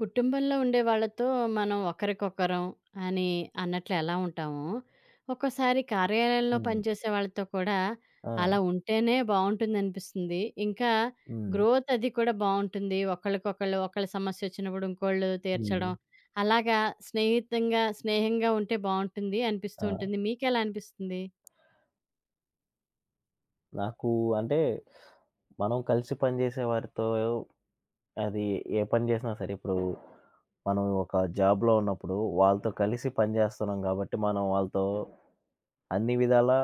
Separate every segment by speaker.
Speaker 1: కుటుంబంలో ఉండే వాళ్ళతో మనం ఒకరికొకరం అని అన్నట్లు ఎలా ఉంటామో, ఒక్కోసారి కార్యాలయంలో
Speaker 2: హ్మ్.
Speaker 1: పనిచేసే వాళ్ళతో కూడా
Speaker 2: ఆ!
Speaker 1: అలా ఉంటేనే బావుంటుందనిపిస్తుంది. ఇంకా
Speaker 2: హ్మ్.
Speaker 1: గ్రోత్ అది కూడా బావుంటుంది. ఒకళ్ళకొకళ్ళు ఒకళ్ళ సమస్య వచ్చినప్పుడు ఇంకోళ్ళు
Speaker 2: హ్మ్.
Speaker 1: తీర్చడం. అలాగా స్నేహితంగా స్నేహంగా ఉంటే బావుంటుంది అనిపిస్తూ ఉంటుంది.
Speaker 2: ఆ!
Speaker 1: మీకెలా అనిపిస్తుంది?
Speaker 2: నాకు అంటే మనం కలిసి పనిజేసే వారితో అది ఏ పని జేసినా సరే, ఇప్పుడు మనం ఒక జాబ్‌లో ఉన్నప్పుడు వాళ్ళతో కలిసి పని జేస్తున్నాం గాబట్టి, మనం వాళ్ళతో అన్ని విధాలా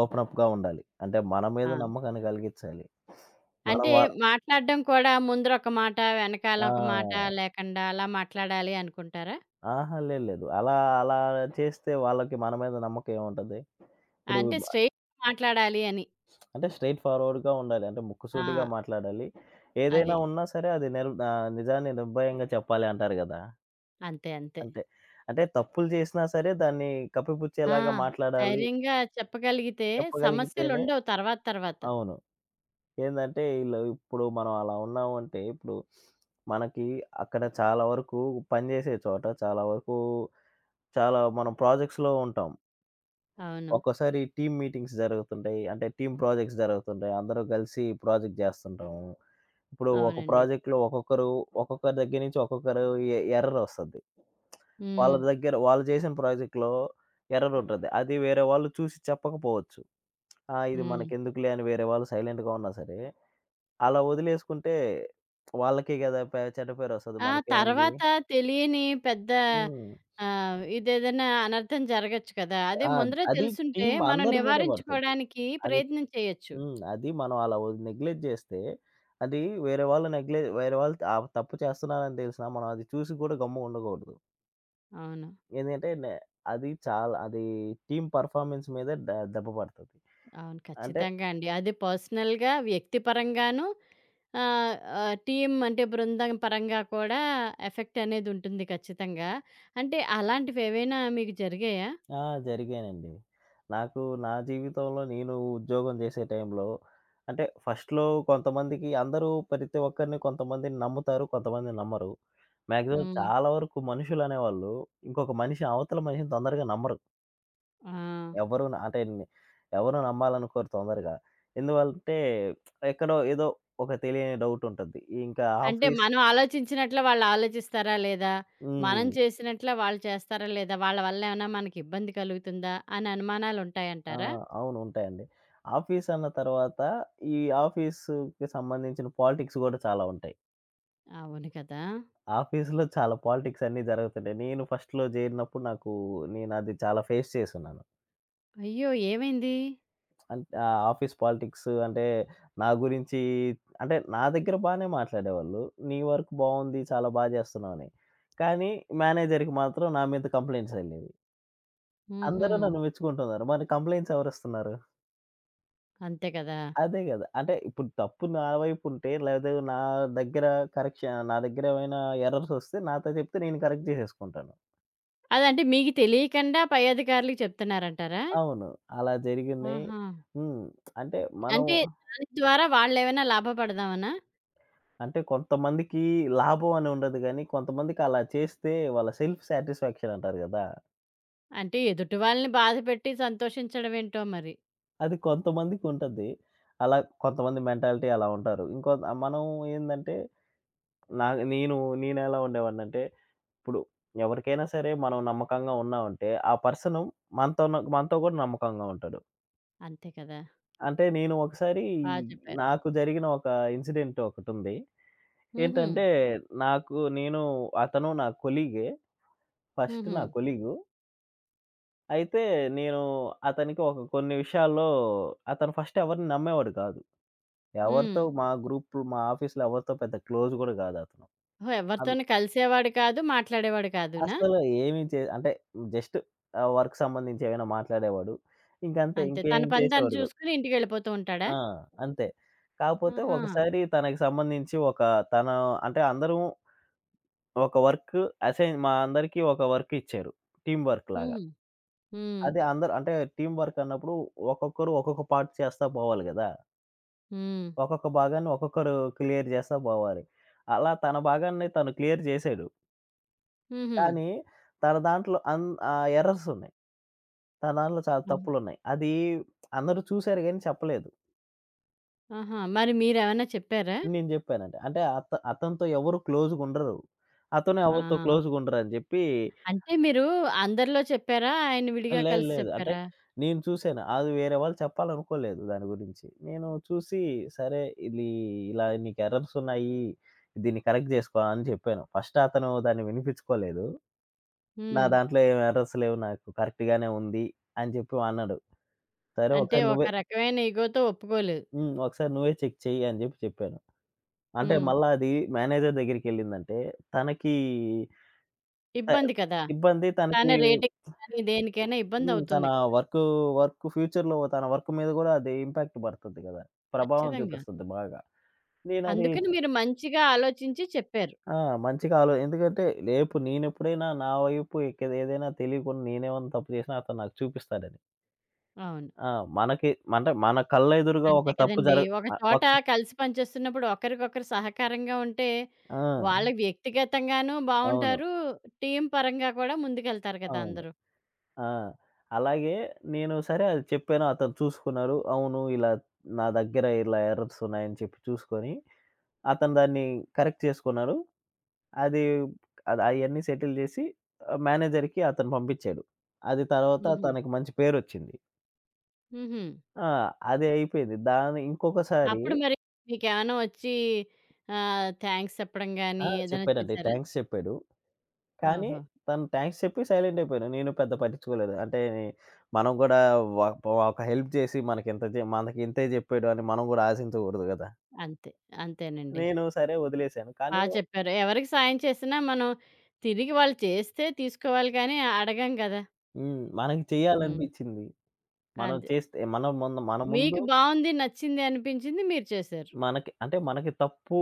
Speaker 2: ఓపెన్ అప్‌గా ఉండాలి. అంటే మన మీద
Speaker 1: ఆ!
Speaker 2: నమ్మకాన్ని కలిగిచ్చాలి. మనం
Speaker 1: అంటే
Speaker 2: వా
Speaker 1: మాట్లాడడం కూడా ముందర ఒక మాట, వెనకాల ఒక మాట
Speaker 2: ఆ!
Speaker 1: లేకుండా అలా మాట్లాడాలి అనుకుంటారా?
Speaker 2: ఆహా! లేదు లేదు. అలా అలా చేస్తే వాళ్ళకి మన మీద నమ్మకం ఏముంటది? ఇప్పుడు
Speaker 1: అంటే స్ట్రెయిట్ మాట్లాడాలి అని.
Speaker 2: అంటే స్ట్రెయిట్ ఫార్వర్డ్‌గా ఉండాలి. అంటే
Speaker 1: ఆ!
Speaker 2: ముక్కుసూటిగా మాట్లాడాలి. ఏదైనా
Speaker 1: అది.
Speaker 2: ఉన్నా సరే అది నిజాన్ని నిర్భయంగా చెప్పాలి అంటారు గదా!
Speaker 1: అంతే. అంతే.
Speaker 2: అంటే, అంటే తప్పులు చేసినా సరే దాన్ని
Speaker 1: ఆ!
Speaker 2: కప్పిపుచ్చేలాగా మాట్లాడాలి.
Speaker 1: ధైర్యంగా చెప్పగలిగితే
Speaker 2: చెప్పగలిగితేనే
Speaker 1: సమస్యలుండవు తర్వాత తర్వాత.
Speaker 2: అవును. ఏందంటే ఈళ్ళు ఇప్పుడు మనం అలా ఉన్నాము అంటే ఇప్పుడు మనకి అక్కడ చాలా వరకు పనిజేసే చోట చాలా వరకు చాలా మనం ప్రాజెక్ట్స్‌లో ఉంటాం.
Speaker 1: అవును.
Speaker 2: ఒక్కోసారి టీమ్ మీటింగ్స్ జరుగుతుంటాయి. అంటే టీమ్ ప్రాజెక్ట్స్ జరుగుతుంటాయి. అందరూ కలిసి ప్రాజెక్ట్ జేస్తుంటాము. ఇప్పుడు ఒక
Speaker 1: అవునండి.
Speaker 2: ప్రాజెక్ట్‌లో ఒక్కొక్కరు ఒక్కొక్కరి దగ్గర నుంచి ఒక్కొక్కరు ఎర్రర్ ఒస్తది. వాళ్ళ
Speaker 1: హ్మ్.
Speaker 2: దగ్గర వాళ్ళు చేసిన ప్రాజెక్ట్‌లో ఎర్రర్ ఉంటది. అది వేరే వాళ్ళు చూసి చెప్పకపోవచ్చు. ఆ! ఇది
Speaker 1: హ్మ్.
Speaker 2: మనకెందుకులే అని వేరే వాళ్ళు సైలెంట్‌గా ఉన్నా సరే, అలా వదిలేసుకుంటే వాళ్ళకే గదా! చెడ్డ పేరొస్తది.
Speaker 1: ఆ!
Speaker 2: మనకేముంది?
Speaker 1: తర్వాత తెలియని పెద్ద
Speaker 2: హ్మ్.
Speaker 1: ఇదేదైనా అనర్థం జరగొచ్చు కదా! అదే
Speaker 2: ఆ!
Speaker 1: ముందరే
Speaker 2: అది
Speaker 1: తెలుసుంటే
Speaker 2: టీమ్
Speaker 1: మనం
Speaker 2: అందరి మీద పడుతది.
Speaker 1: నివారించుకోవడానికి
Speaker 2: అది
Speaker 1: ప్రయత్నం చేయొచ్చు.
Speaker 2: హ్మ్. అది మనం అలా నెగ్లెక్ట్ జేస్తే, అది వేరే వాళ్ళు వేరే వాళ్ళు ఆ తప్పు చేస్తున్నారని తెలిసినా మనం అది చూసి కూడా గమ్ముగుండకూడదు.
Speaker 1: అవును.
Speaker 2: ఎందుకంటే నే అది చాలా అది టీమ్ పెర్ఫార్మన్స్ మీద దెబ్బ పడతది.
Speaker 1: అవును.
Speaker 2: అంటే
Speaker 1: ఖచ్చితంగా అండి. అది పర్సనల్‌గా, వ్యక్తిపరంగాను ఆహ్, ఆహ్, టీమ్ అంటే బృందం పరంగా కూడా ఎఫెక్ట్ అనేది ఉంటుంది ఖచ్చితంగా. అంటే అలాంటివేవైనా మీకు జరిగాయా?
Speaker 2: ఆ! జరిగాయండి. నాకు నా జీవితంలో నేను ఉద్యోగం చేసే టైంలో అంటే ఫస్ట్‌లో కొంతమందికి అందరూ ప్రతి ఒక్కరిని కొంతమందిని నమ్ముతారు. కొంతమంది నమ్మరు. మాక్సిమం
Speaker 1: హ్మ్.
Speaker 2: చాలా వరకు మనుషులనేవాళ్ళు ఇంకొక మనిషి అవతల మనిషిని తొందరగా నమ్మరు.
Speaker 1: ఆ!
Speaker 2: ఎవరు న అంటే ని ఎవరు నమ్మాలనుకోరు తొందరగా. ఎందువలంటే ఎక్కడో ఏదో ఒక తెలియని డౌట్ ఉంటది. ఇంకా
Speaker 1: అంటే
Speaker 2: ఆఫీస్
Speaker 1: మనం ఆలోచించినట్లు వాళ్ళు ఆలోచిస్తారా లేదా? మనం
Speaker 2: హ్మ్.
Speaker 1: చేసినట్లా వాళ్ళు చేస్తారా లేదా? వాళ్ళ వల్ల ఏమైనా మనకి ఇబ్బంది కలుగుతుందా? అని
Speaker 2: ఆ!
Speaker 1: అనుమానాలుంటాయంటారా?
Speaker 2: అవును. ఉంటాయండి. ఆఫీస్ అన్న తర్వాత ఈ ఆఫీస్‌కి సంబంధించిన పాలిటిక్స్ గూడా చాలా ఉంటాయి.
Speaker 1: అవును కదా!
Speaker 2: ఆఫీస్‌లో చాలా పాలిటిక్స్ అన్నీ జరుగుతుంటాయి. నేను ఫస్ట్‌లో జేరినప్పుడు నాకు నేను అది చాలా ఫేస్ చేసున్నాను.
Speaker 1: అయ్యో! ఏమైంది?
Speaker 2: అంటే ఆఫీస్ పాలిటిక్స్ అంటే నా గురించి అంటే నా దగ్గర బానే మాట్లాడేవాళ్ళు. నీ వర్క్ బావుంది. చాలా బా జేస్తున్నావని. కానీ మేనేజర్‌కి మాత్రం నా మీద కంప్లెయింట్స్ ఎళ్ళేవి.
Speaker 1: హుహు.
Speaker 2: అందరూ నన్ను మెచ్చుకుంటున్నారు. మరి కంప్లెయింట్స్ ఎవరిస్తున్నారు?
Speaker 1: అంతే కదా!
Speaker 2: అదే గదా! అంటే ఇప్పుడు తప్పు నా వైపు ఉంటే లేదా నా దగ్గర కరెక్షన్ నా దగ్గర ఏమైనా ఎర్రర్స్ ఒస్తే నాతో చెప్తే నేను కరెక్ట్ జేసేసుకుంటాను.
Speaker 1: అదంటే మీకు తెలియకుండా పై అధికారులకి చెప్తున్నారంటారా?
Speaker 2: అవును. అలా జరిగినయి
Speaker 1: ఆహా!
Speaker 2: హ్మ్. అంటే మనం
Speaker 1: అంటే దాని ద్వారా వాళ్ళేమైనా లాభపడదామనా?
Speaker 2: అంటే కొంతమందికి లాభం అని ఉండదు గానీ, కొంతమందికి అలా చేస్తే వాళ్ళ సెల్ఫ్ సాటిస్‌ఫాక్షన్ అంటారు గదా!
Speaker 1: అంటే ఎదుటి వాళ్ళని బాధపెట్టి సంతోషించడమేంటో మరి.
Speaker 2: అది కొంతమందికుంటది. అలా కొంతమంది మెంటాలిటీ అలా ఉంటారు. ఇంకో మనం ఏందంటే, నా నేను నేనెలా ఉండేవాడినంటే, ఇప్పుడు ఎవరికైనా సరే మనం నమ్మకంగా ఉన్నామంటే, ఆ పర్సను మనతో గూడా నమ్మకంగా ఉంటాడు.
Speaker 1: అంతే కదా!
Speaker 2: అంటే నేను ఒకసారి
Speaker 1: బా చెప్పారు.
Speaker 2: నాకు జరిగిన ఒక ఇన్సిడెంట్ ఒకటుంది.
Speaker 1: హుహు.
Speaker 2: ఏంటంటే, నేను అతను నా కొలీగే. ఫస్ట్
Speaker 1: హుహు.
Speaker 2: నా కొలీగు. అయితే నేను అతనికి కొన్ని విషయాల్లో అతను ఫస్ట్ ఎవరిని నమ్మేవాడు కాదు.
Speaker 1: హ్మ్.
Speaker 2: మా గ్రూప్ మా ఆఫీస్‌లో ఎవరితో పెద్ద క్లోజ్ గూడా గాదు అతను.
Speaker 1: ఓహో!
Speaker 2: అన్
Speaker 1: ఎవరితోనూ కలిసేవాడు కాదు, మాట్లాడేవాడు కాదునా?
Speaker 2: అస్సలు ఏమి చే అంటే జస్ట్ వర్క్ సంబంధించి ఏమైనా మాట్లాడేవాడు. ఇంకంతే
Speaker 1: అంతే.
Speaker 2: ఇంకేం
Speaker 1: తన పని తను
Speaker 2: చేసేవాడు గాదు.
Speaker 1: చూసుకొని ఇంటికెళ్ళిపోతూ ఉంటాడా?
Speaker 2: ఆ! అంతే. కాకపోతే
Speaker 1: ఆహా!
Speaker 2: ఒకసారి తనకి సంబంధించి ఒక తన అంటే అందరం ఒక వర్క్ అసైన్ మా అందరికీ ఒక వర్క్ ఇచ్చారు. టీమ్ వర్క్ లాగా.
Speaker 1: హుహు. హ్మ్.
Speaker 2: అది అందరూ అంటే టీమ్ వర్క్ అన్నప్పుడు ఒక్కొక్కరు ఒక్కొక్క పార్ట్ చేస్తా పోవాలి గదా!
Speaker 1: హ్మ్.
Speaker 2: ఒక్కొక్క భాగాన్ని ఒక్కొక్కరు క్లియర్ చేస్తా పోవాలి. అలా తన భాగాన్ని తను క్లియర్ చేసాడు.
Speaker 1: హుహు.
Speaker 2: కానీ తన దాంట్లో ఎర్రర్స్ ఉన్నాయి. తన దాంట్లో చాలా తప్పులున్నాయి. అది అందరూ చూసారు గానీ చెప్పలేదు.
Speaker 1: ఆహా! మరి మీరేమన్నా చెప్పారా?
Speaker 2: నేను చెప్పానండి. అంటే అతనితో ఎవరు క్లోజ్‌గుండరు. అతను
Speaker 1: ఆ!
Speaker 2: ఎవరితో క్లోజ్‌గుండరని చెప్పి
Speaker 1: అంటే మీరు అందరిలో చెప్పారా? ఆయన
Speaker 2: ఆ!
Speaker 1: విడిగా
Speaker 2: లేదు.
Speaker 1: కలిసి
Speaker 2: లేదు. అంటే
Speaker 1: చెప్పారా?
Speaker 2: నేను చూసాను. అది వేరే వాళ్ళు చెప్పాలనుకోలేదు దాని గురించి. నేను చూసి సరే ఇది ఇలా నీకు ఎర్రర్స్ ఉన్నాయి. దీన్ని కరెక్ట్ చేసుకో అని చెప్పాను. ఫస్ట్ అతను దాన్ని వినిపించుకోలేదు. నా
Speaker 1: హ్మ్.
Speaker 2: దాంట్లో ఏమి ఎర్రర్స్ లేవు. నాకు కరెక్ట్ గానే ఉంది అని చెప్పి అన్నాడు. సరే
Speaker 1: అంటే
Speaker 2: ఒకసారి
Speaker 1: ఒక
Speaker 2: నువ్వే
Speaker 1: రకమైన ఇగోతో ఒప్పుకోలేదు.
Speaker 2: హ్మ్. ఒకసారి నువ్వే చెక్ చెయ్యి అని చెప్పాను. అంటే
Speaker 1: హ్మ్.
Speaker 2: మళ్ళా అది మేనేజర్ దగ్గరికెళ్ళిందంటే తనకి త
Speaker 1: ఇబ్బంది కదా!
Speaker 2: ఇబ్బంది
Speaker 1: తన
Speaker 2: తనకి
Speaker 1: రేటింగ్ కానీ దేనికైనా
Speaker 2: హ్మ్. తన
Speaker 1: ఇబ్బందవుతుంది కదా!
Speaker 2: వర్కు, వర్క్ ఫ్యూచర్‌లో తన వర్క్ మీద గూడా అది ఇంపాక్ట్ పడుతది గదా! ప్రభావం అవును.
Speaker 1: ఖచ్చితంగా.
Speaker 2: చూపిస్తది బాగా. నేనది
Speaker 1: అందుకని మీరు మంచిగా ఆలోచించి చెప్పారు.
Speaker 2: ఆ! మంచిగా ఆలో ఎందుకంటే రేపు నేనెప్పుడైనా నా వైపు ఏదైనా తెలియకుండా నేనేమన్నా తప్పు చేసినా అతను నాకు చూపిస్తాడని.
Speaker 1: అవును.
Speaker 2: ఆ! మనకి అంటే మన కళ్ళెదురుగా
Speaker 1: అంతే
Speaker 2: ఒక తప్పు
Speaker 1: కదండీ.
Speaker 2: జరగ
Speaker 1: ఒక
Speaker 2: అ
Speaker 1: చోట
Speaker 2: ఒక్
Speaker 1: కలిసి పనిచేస్తున్నప్పుడు ఒకరికొకరు సహకారంగా ఉంటే, వాళ్ళ
Speaker 2: ఆ!
Speaker 1: వ్యక్తిగతంగాను
Speaker 2: అవును.
Speaker 1: బావుంటారు. టీమ్ పరంగా కూడా ముందుకెళ్తారు కదా
Speaker 2: అవును.
Speaker 1: అందరూ.
Speaker 2: ఆ! అలాగే నేను సరే అది చెప్పాను. అతను చూసుకున్నారు. అవును ఇలా నా దగ్గర ఇలా ఎర్రర్స్ ఉన్నాయని చెప్పి చూసుకొని అతను దాన్ని కరెక్ట్ చేసుకున్నారు. అది అది అయన్నీ సెటిల్ జేసి మేనేజర్‌కి అతను పంపించాడు. అది తర్వాత
Speaker 1: హుహు.
Speaker 2: తనకి మంచి పేరొచ్చింది.
Speaker 1: హుహు.
Speaker 2: ఆ! అది అయిపోయింది. దాని ఇంకొకసారి
Speaker 1: అప్పుడు మరి మీకేమైనా వచ్చి థాంక్స్ చెప్పడం
Speaker 2: ఆ!
Speaker 1: గాని ఏదైనా
Speaker 2: చెప్పాడండి.
Speaker 1: చేశారా?
Speaker 2: థాంక్స్ చెప్పాడు. కానీ
Speaker 1: ఓహో!
Speaker 2: తను థాంక్స్ చెప్పి సైలెంట్ అయిపోయాను. నేను పెద్ద పట్టించుకోలేదు. అంటే మనం గూడా వ ఒక హెల్ప్ జేసి మనకింతే జెప్పాడు అని మనం గూడా ఆశించగూడదు గదా!
Speaker 1: అంతే. అంతేనండి.
Speaker 2: నేను సరే వదిలేసాను.
Speaker 1: బా
Speaker 2: కానీ
Speaker 1: చెప్పారు. ఎవరికి సాయం చేసినా మనం తిరిగి వాళ్ళు చేస్తే తీసుకోవాలి కానీ అడగం కదా!
Speaker 2: హ్మ్. మనకి
Speaker 1: హ్మ్.
Speaker 2: చేయాలనిపించింది. మనం
Speaker 1: అంతే.
Speaker 2: చేస్తే మన ముందు
Speaker 1: మీకు బావుంది, నచ్చింది అనిపించింది మీరు చేశారు.
Speaker 2: మనకి అంటే మనకి తప్పు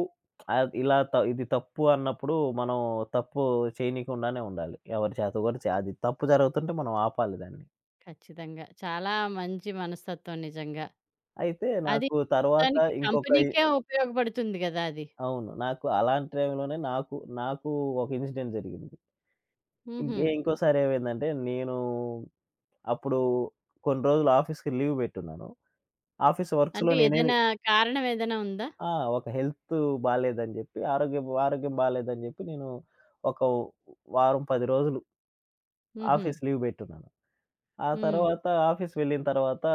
Speaker 2: ఆద్ ఇలా త ఇది తప్పు అన్నప్పుడు మనం తప్పు చేయనీకుండానే ఉండాలి. ఎవరి చేత కూడా అది తప్పు జరుగుతుంటే మనం ఆపాలి దాన్ని.
Speaker 1: ఖచ్చితంగా. చాలా మంచి మనస్తత్వం నిజంగా.
Speaker 2: అయితే
Speaker 1: అది
Speaker 2: నాకు తర్వాత
Speaker 1: మొత్తానికి
Speaker 2: ఇంకొక ఇ
Speaker 1: కంపెనీకే ఉపయోగపడుతుంది కదా! అది.
Speaker 2: అవును. నాకు అలాంటి టైంలోనే నాకు ఒక ఇన్సిడెంట్ జరిగింది.
Speaker 1: హుహు.
Speaker 2: ఇంకోసారి ఏమైందంటే నేను అప్పుడు కొన్ని రోజులు ఆఫీస్‌కి లీవ్ పెట్టున్నాను. ఆఫీస్ వర్క్స్‌లో
Speaker 1: అంటే
Speaker 2: నేనేమి
Speaker 1: ఏదైనా కారణం ఏదైనా ఉందా?
Speaker 2: ఆ! ఒక హెల్త్ బాలేదని చెప్పి ఆరోగ్యం ఆరోగ్యం బాలేదని చెప్పి నేను ఒక వారం, 10 రోజులు
Speaker 1: హుహు.
Speaker 2: ఆఫీస్ లీవ్ బెట్టున్నాను. ఆ
Speaker 1: హ్మ్.
Speaker 2: తర్వాత ఆఫీస్ వెళ్ళిన తర్వాత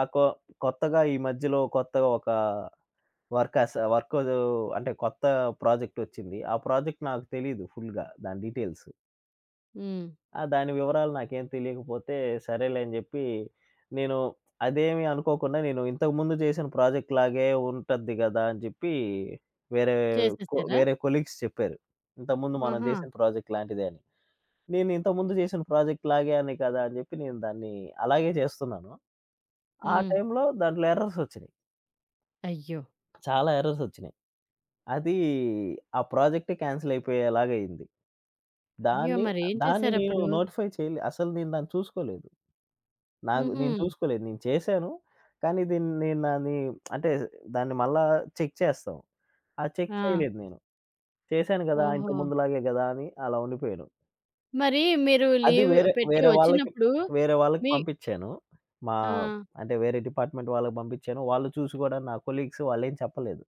Speaker 2: ఆ కొ కొత్తగా ఈ మధ్యలో కొత్తగా ఒక వర్క్ అంటే కొత్త ప్రాజెక్ట్ ఒచ్చింది. ఆ ప్రాజెక్ట్ నాకు తెలీదు ఫుల్‌గా దాని డీటెయిల్స్.
Speaker 1: హ్మ్.
Speaker 2: ఆ! దాని వివరాలు నాకేం తెలియకపోతే సరేలే అని జెప్పి నేను అదేమి అనుకోకుండా నేను ఇంతకుముందు చేసిన ప్రాజెక్ట్ లాగే ఉంటది గదా! అని జెప్పి వేరే కొ
Speaker 1: చేసేసారా?
Speaker 2: వేరే కొలీగ్స్ చెప్పారు. ఇంతకుముందు మనం
Speaker 1: ఆహా!
Speaker 2: జేసిన ప్రాజెక్ట్ లాంటిదే అని. నేను ఇంతకుముందు చేసిన ప్రాజెక్ట్ లాగే అని కదా అని చెప్పి నేను దాన్ని అలాగే చేస్తున్నాను. ఆ
Speaker 1: హ్మ్.
Speaker 2: టైంలో దాంట్లో ఎర్రర్స్ వచ్చినాయి.
Speaker 1: అయ్యో!
Speaker 2: చాలా ఎర్రర్స్ వచ్చినాయి. అది ఆ ప్రాజెక్టే క్యాన్సిల్ అయిపోయేలాగా అయింది.
Speaker 1: అయ్యో!
Speaker 2: దాన్ని,
Speaker 1: మరేం
Speaker 2: దాన్ని నేను
Speaker 1: చేశారప్పుడు?
Speaker 2: నోటిఫై చేయలే. అసలు నేను దాన్ని చూసుకోలేదు. నాకు
Speaker 1: హుహు.
Speaker 2: నేను చూసుకోలేదు. నేను చేశాను. కానీ దీన్ని నేను దాన్ని అంటే దాన్ని మళ్ళా చెక్ చేస్తాం. ఆ చెక్
Speaker 1: ఆ!
Speaker 2: చేయలేదు నేను. చేశాను కదా!
Speaker 1: ఓహో!
Speaker 2: ఇంతకుముందులాగే కదా! అని అలా ఉండిపోయాను.
Speaker 1: మరి మీరు
Speaker 2: అది
Speaker 1: లీవ్
Speaker 2: వేరే
Speaker 1: పెట్టి
Speaker 2: వేరే వాళ్ళకి
Speaker 1: వచ్చినప్పుడు
Speaker 2: వేరే వాళ్ళకి
Speaker 1: మీ
Speaker 2: పంపించాను. మా
Speaker 1: ఆ!
Speaker 2: అంటే వేరే డిపార్ట్‌మెంట్ వాళ్ళకి పంపించాను. వాళ్ళు చూసి గూడా నా కొలీగ్స్ వాళ్ళేం చెప్పలేదు.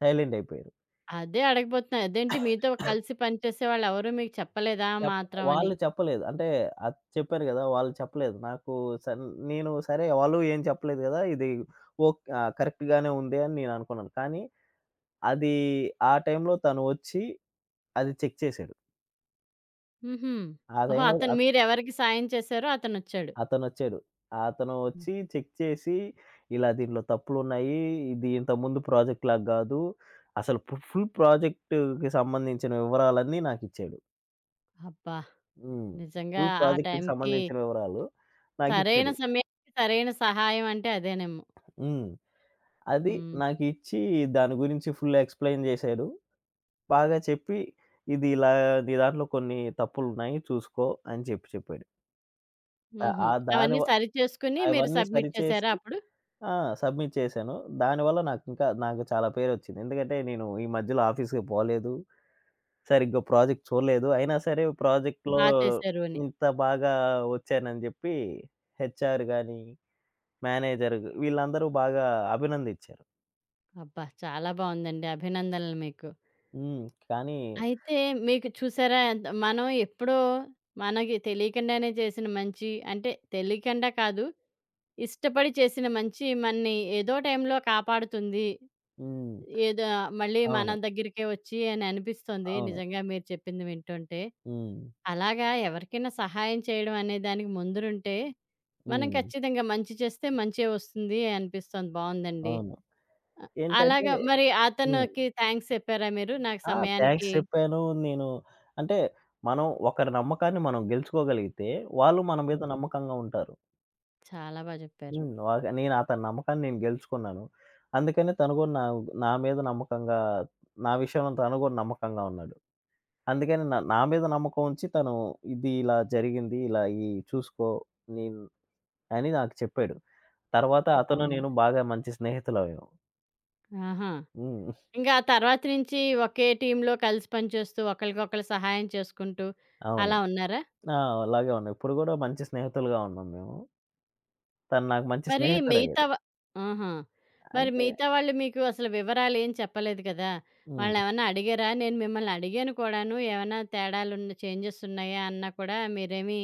Speaker 2: సైలెంట్ అయిపోయారు.
Speaker 1: అదే అడగబోతున్నా. అదేంటి మీతో కలిసి పనిచేసేవాళ్ళెవరు మీకు చెప్పలేదా
Speaker 2: చెప్
Speaker 1: మాత్రం అని?
Speaker 2: వాళ్ళు చెప్పలేదు. అంటే అది చెప్పాను గదా! వాళ్ళు చెప్పలేదు. నాకు సన్ నేను సరే వాళ్ళు ఏం చెప్పలేదు గదా! ఇది కరెక్ట్ గానే ఉంది అని నేను అనుకున్నాను. కానీ అది ఆ టైంలో తను వచ్చి అది చెక్ చేసాడు.
Speaker 1: హుహు.
Speaker 2: ఆ
Speaker 1: ఓహో!
Speaker 2: టైంలో
Speaker 1: అతను మీరెవరికి సాయం చేశారో అతనొచ్చాడు.
Speaker 2: అతనొచ్చాడు. అతను
Speaker 1: హ్మ్.
Speaker 2: వచ్చి చెక్ చేసి, ఇలా దీంట్లో తప్పులున్నాయి. ఇది ఇంతకుముందు ప్రాజెక్ట్ లాగా గాదు. అసలు ఫుల్ ప్రాజెక్ట్‌కి సంబంధించిన వివరాలన్నీ నాకిచ్చాడు.
Speaker 1: అబ్బా!
Speaker 2: హ్మ్.
Speaker 1: నిజంగా
Speaker 2: ఫుల్
Speaker 1: ఆ
Speaker 2: ప్రాజెక్ట్‌కి
Speaker 1: టైంకి
Speaker 2: సంబంధించిన వివరాలు
Speaker 1: సరైన
Speaker 2: నాకిచ్చాడు.
Speaker 1: సమయానికి సరైన సహాయం అంటే అదేనేమో.
Speaker 2: హ్మ్. అది
Speaker 1: హ్మ్.
Speaker 2: నాకిచ్చి దాని గురించి ఫుల్ ఎక్స్‌ప్లెయిన్ జేశాడు. బాగా చెప్పి, "ఇది ఇలా నీ దాంట్లో కొన్ని తప్పులున్నాయి చూసుకో" అని చెప్పాడు. ఆహ్,
Speaker 1: హుహు.
Speaker 2: ఆ దాని
Speaker 1: అవన్నీ
Speaker 2: వ
Speaker 1: సరిచేసుకొని మీరు
Speaker 2: అవన్నీ
Speaker 1: సబ్మిట్
Speaker 2: సరిచేసి
Speaker 1: చేసారా అప్పుడు?
Speaker 2: ఆ! సబ్మిట్ చేశాను. దానివల్ల నాకు చాలా పేరొచ్చింది. ఎందుకంటే నేను ఈ మధ్యలో ఆఫీస్‌కి పోలేదు. సరిగ్గా ప్రాజెక్ట్ చూడలేదు. అయినా సరే ప్రాజెక్ట్‌లో
Speaker 1: బా చేశారు అని.
Speaker 2: ఇంత బాగా వచ్చానని జెప్పి హెచ్ఆర్ గాని, మేనేజర్ వీళ్ళందరూ బాగా అభినందించారు.
Speaker 1: అబ్బా! చాలా బావుందండి. అభినందనలు మీకు.
Speaker 2: హ్మ్. కానీ
Speaker 1: అయితే మీకు చూసారా ఎంత మనం ఎప్పుడో మనకి తెలియకుండానే చేసిన మంచి అంటే తెలియకుండా కాదు. ఇష్టపడి చేసిన మంచి మనని ఏదో టైంలో కాపాడుతుంది.
Speaker 2: హ్మ్.
Speaker 1: ఏదో మళ్ళీ మన
Speaker 2: అవును.
Speaker 1: దగ్గరికే వచ్చి అని అనిపిస్తుంది.
Speaker 2: అవును.
Speaker 1: నిజంగా మీరు చెప్పింది వింటుంటే.
Speaker 2: హ్మ్.
Speaker 1: అలాగా ఎవరికైనా సహాయం చేయడం అనే దానికి ముందురుంటే, మనం
Speaker 2: హ్మ్.
Speaker 1: ఖచ్చితంగా మంచి చేస్తే మంచే వస్తుంది అనిపిస్తోంది. బావుందండి.
Speaker 2: అవును.
Speaker 1: అ
Speaker 2: ఏంటంటే
Speaker 1: అలాగా మరి
Speaker 2: హ్మ్.
Speaker 1: అతనికి థాంక్స్ చెప్పారా మీరు? నాకు
Speaker 2: ఆ! థాంక్స్
Speaker 1: సమయానికి
Speaker 2: చెప్పాను. నేను అంటే ఒకరి నమ్మకాన్ని మనం గెలుచుకోగలిగితే వాళ్ళు మన మీద
Speaker 1: అది.
Speaker 2: నమ్మకంగా ఉంటారు.
Speaker 1: చాలా బా జెప్పారు.
Speaker 2: హ్మ్. నేను అతని నమ్మకాన్ని నేను గెలుచుకున్నాను. అందుకనే తను గూడా నా నా మీద నమ్మకంగా నా విషయంలో తను గూడా నమ్మకంగా ఉన్నాడు. అందుకని నా నా మీద నమ్మకం ఉంచి తను ఇది ఇలా జరిగింది. ఇలా ఈ చూసుకో నేను అని నాకు చెప్పాడు. తర్వాత అతను
Speaker 1: బావుంది.
Speaker 2: నేను బాగా మంచి స్నేహితులమయ్యాం.
Speaker 1: ఆహా!
Speaker 2: హ్మ్.
Speaker 1: ఇంక ఆ తర్వాత నుంచి ఒకే టీమ్‌లో కలిసి పనిచేస్తూ ఒకళ్ళకొకళ్ళు సహాయం చేసుకుంటూ
Speaker 2: అవును.
Speaker 1: అలా ఉన్నారా?
Speaker 2: ఆ! అలాగే ఉన్నాం. ఇప్పుడు గూడా మంచి స్నేహితులుగా ఉన్నాం మేము. తను నాకు మంచి
Speaker 1: మరి మిగతా
Speaker 2: స్నేహితుడయ్యాడు.
Speaker 1: వ ఆహా! మరి
Speaker 2: అంటే
Speaker 1: మిగతా వాళ్ళు మీకు అసలు వివరాలేం చెప్పలేదు కదా!
Speaker 2: హ్మ్.
Speaker 1: వాళ్ళనేమన్నా అడిగారా? నేను మిమ్మల్ని అడిగాను కూడాను. ఏమన్నా తేడాలున్న చేంజెస్ ఉన్నాయా అన్నా కూడా మీరేమి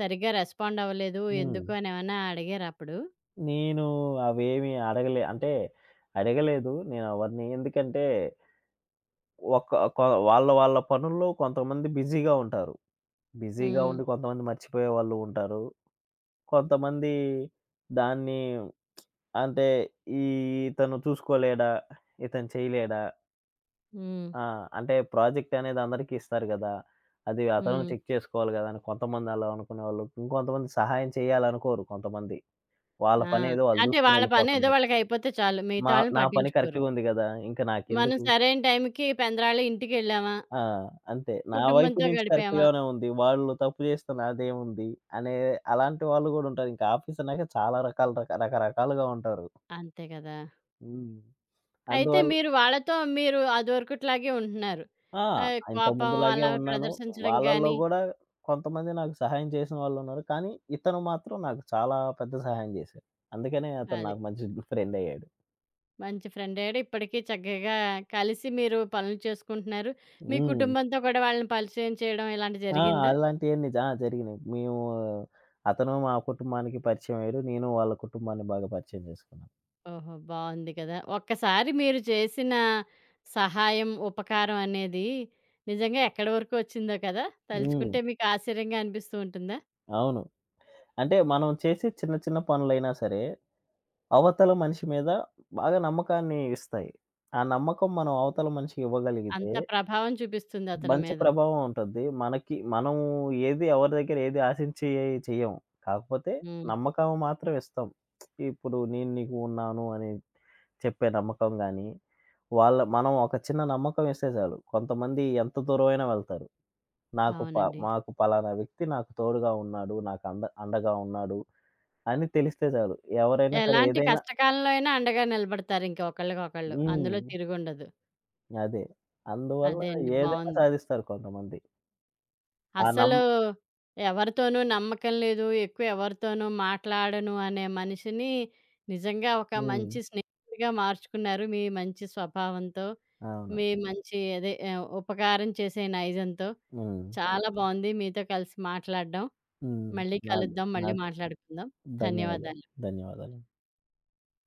Speaker 1: సరిగ్గా రెస్పాండ్ అవ్వలేదు.
Speaker 2: హ్మ్.
Speaker 1: ఎందుకు అని ఏమన్నా అడిగారా అప్పుడు?
Speaker 2: నేను అవేమి అడగలే. అంటే అడగలేదు నేనెవరిని. ఎందుకంటే ఒక ఒక వాళ్ళ వాళ్ళ పనుల్లో కొంతమంది బిజీగా ఉంటారు. బిజీగా
Speaker 1: హ్మ్.
Speaker 2: ఉండి కొంతమంది మర్చిపోయే వాళ్ళు ఉంటారు. కొంతమంది దాన్ని అంటే ఈ ఇతను చూసుకోలేడా? ఇతను చేయలేడా?
Speaker 1: హ్మ్.
Speaker 2: ఆ! అంటే ప్రాజెక్ట్ అనేది అందరికీ ఇస్తారు గదా! అది అతను
Speaker 1: హ్మ్.
Speaker 2: చెక్ చేసుకోవాలి గదా! అని కొంతమంది అలా అనుకునేవాళ్ళు. ఇంకొంతమంది సహాయం చేయాలనుకోరు కొంతమంది. వాళ్ళ
Speaker 1: ఆ!
Speaker 2: పనేదో వాళ్ళు
Speaker 1: అంటే
Speaker 2: జూసుకొని
Speaker 1: వాళ్ళ పనేదో
Speaker 2: ఎళ్ళిపోతుంటారు.
Speaker 1: వాళ్ళకయిపోతే చాలు. మిగతా వాళ్ళని
Speaker 2: నా పని
Speaker 1: పట్టించుకోరు.
Speaker 2: కరెక్ట్‌గా ఉంది గదా! ఇంక
Speaker 1: మనం
Speaker 2: నాకెందుకు
Speaker 1: సరైన టైంకి పెందరాళి ఇంటికెళ్ళామా,
Speaker 2: ఆ! అంతే. నా వైపు
Speaker 1: కుటుంబంతో
Speaker 2: నుంచి
Speaker 1: గడిపామా
Speaker 2: కరెక్ట్‌గానే ఉంది. వాళ్ళు తప్పు చేస్తే నాదేముంది అనే అలాంటి వాళ్ళు గూడా ఉంటారు. ఇంకా ఆఫీస్ అన్నాక చాలా రకాల రక రకరకాలుగా ఉంటారు.
Speaker 1: అంతే కదా!
Speaker 2: హ్మ్.
Speaker 1: అయితే
Speaker 2: అందువల్ల
Speaker 1: మీరు వాళ్ళతో మీరు అదివరకట్లాగే ఉంటున్నారు.
Speaker 2: ఆ!
Speaker 1: కోపం
Speaker 2: ఇంతకుముందులాగే
Speaker 1: అలా
Speaker 2: ఉన్నాను.
Speaker 1: ప్రదర్శించడం
Speaker 2: వాళ్ళలో
Speaker 1: గానీ
Speaker 2: గూడా కొంతమంది నాకు సహాయం చేసిన వాళ్ళున్నారు. కానీ ఇతను మాత్రం నాకు చాలా పెద్ద సహాయం చేశారు. అందుకనే అతను
Speaker 1: అది.
Speaker 2: నాకు మంచి ఫ్రెండ్ అయ్యాడు.
Speaker 1: మంచి ఫ్రెండ్ అయ్యాడు. ఇప్పటికీ చక్కగా కలిసి మీరు పనులు చేసుకుంటున్నారు. మీ
Speaker 2: హ్మ్.
Speaker 1: కుటుంబంతో కూడా వాళ్ళని పరిచయం చేయడం ఇలాంటివి
Speaker 2: ఆ!
Speaker 1: జరిగిందా?
Speaker 2: అలాంటియన్నీ జరిగినియి. మేము అతను మా కుటుంబానికి పరిచయమయ్యారు. నేను వాళ్ళ కుటుంబాన్ని బాగా పరిచయం చేసుకున్నాను.
Speaker 1: ఓహో! బావుంది కదా! ఒక్కసారి మీరు చేసిన సహాయం, ఉపకారం అనేది నిజంగా ఎక్కడి వరకు వచ్చిందో కదా!
Speaker 2: హ్మ్.
Speaker 1: తలుచుకుంటే మీకు ఆశ్చర్యంగా అనిపిస్తూ ఉంటుందా?
Speaker 2: అవును. అంటే మనం చేసే చిన్న చిన్న పనులైనా సరే, అవతల మనిషి మీద బాగా నమ్మకాన్ని ఇస్తాయి. ఆ నమ్మకం మనం అవతల మనిషికి ఇవ్వగలిగితే
Speaker 1: అంత ప్రభావం చూపిస్తుంది అతని
Speaker 2: మంచి
Speaker 1: మీద.
Speaker 2: ప్రభావం ఉంటది. మనకి మనం ఎవరి దగ్గర ఏది ఆశించి చెయ్యము. కాకపోతే
Speaker 1: హ్మ్.
Speaker 2: నమ్మకం మాత్రం ఇస్తాం. ఇప్పుడు నేను నీకు ఉన్నాను అని చెప్పే నమ్మకం గాని, మనం ఒక చిన్న నమ్మకం ఇస్తే చాలు. కొంతమంది ఎంత దూరమైనా వెళ్తారు. నాకు ప
Speaker 1: అవునండి.
Speaker 2: మాకు పలానా వ్యక్తి నాకు తోడుగా ఉన్నాడు. నాకు అండగా ఉన్నాడు అని తెలిస్తే చాలు. ఎవరైనా సరే
Speaker 1: ఎలాంటి
Speaker 2: ఏదైనా
Speaker 1: కష్టకాలంలో అయినా అండగా నిలబడతారు ఇంక ఒకళ్ళకొకళ్ళు.
Speaker 2: హ్మ్.
Speaker 1: అందులో తిరుగుండదు.
Speaker 2: అదే. అందువల్ల
Speaker 1: అదే అండి.
Speaker 2: ఏదైనా
Speaker 1: బావుంది.
Speaker 2: సాధిస్తారు కొంతమంది. ఆ నమ్మ
Speaker 1: అస్సలు ఎవరితోనూ నమ్మకం లేదు, ఎక్కువ ఎవరితోనూ మాట్లాడను అనే మనిషిని నిజంగా ఒక
Speaker 2: హ్మ్.
Speaker 1: మంచి స్నేహితుడిగా మార్చుకున్నారు మీ మంచి స్వభావంతో.
Speaker 2: అవును.
Speaker 1: మీ మంచి అదే ఉపకారం చేసే నైజంతో
Speaker 2: హ్మ్.
Speaker 1: చాలా బావుంది. మీతో కలిసి మాట్లాడడం.
Speaker 2: హ్మ్.
Speaker 1: మళ్ళీ
Speaker 2: నాకు
Speaker 1: కలుద్దాం. మళ్ళీ
Speaker 2: నాకు
Speaker 1: మాట్లాడుకుందాం.
Speaker 2: ధన్యవాదాలు.
Speaker 1: ధన్యవాదాలు.
Speaker 2: ధన్యవాదాలు.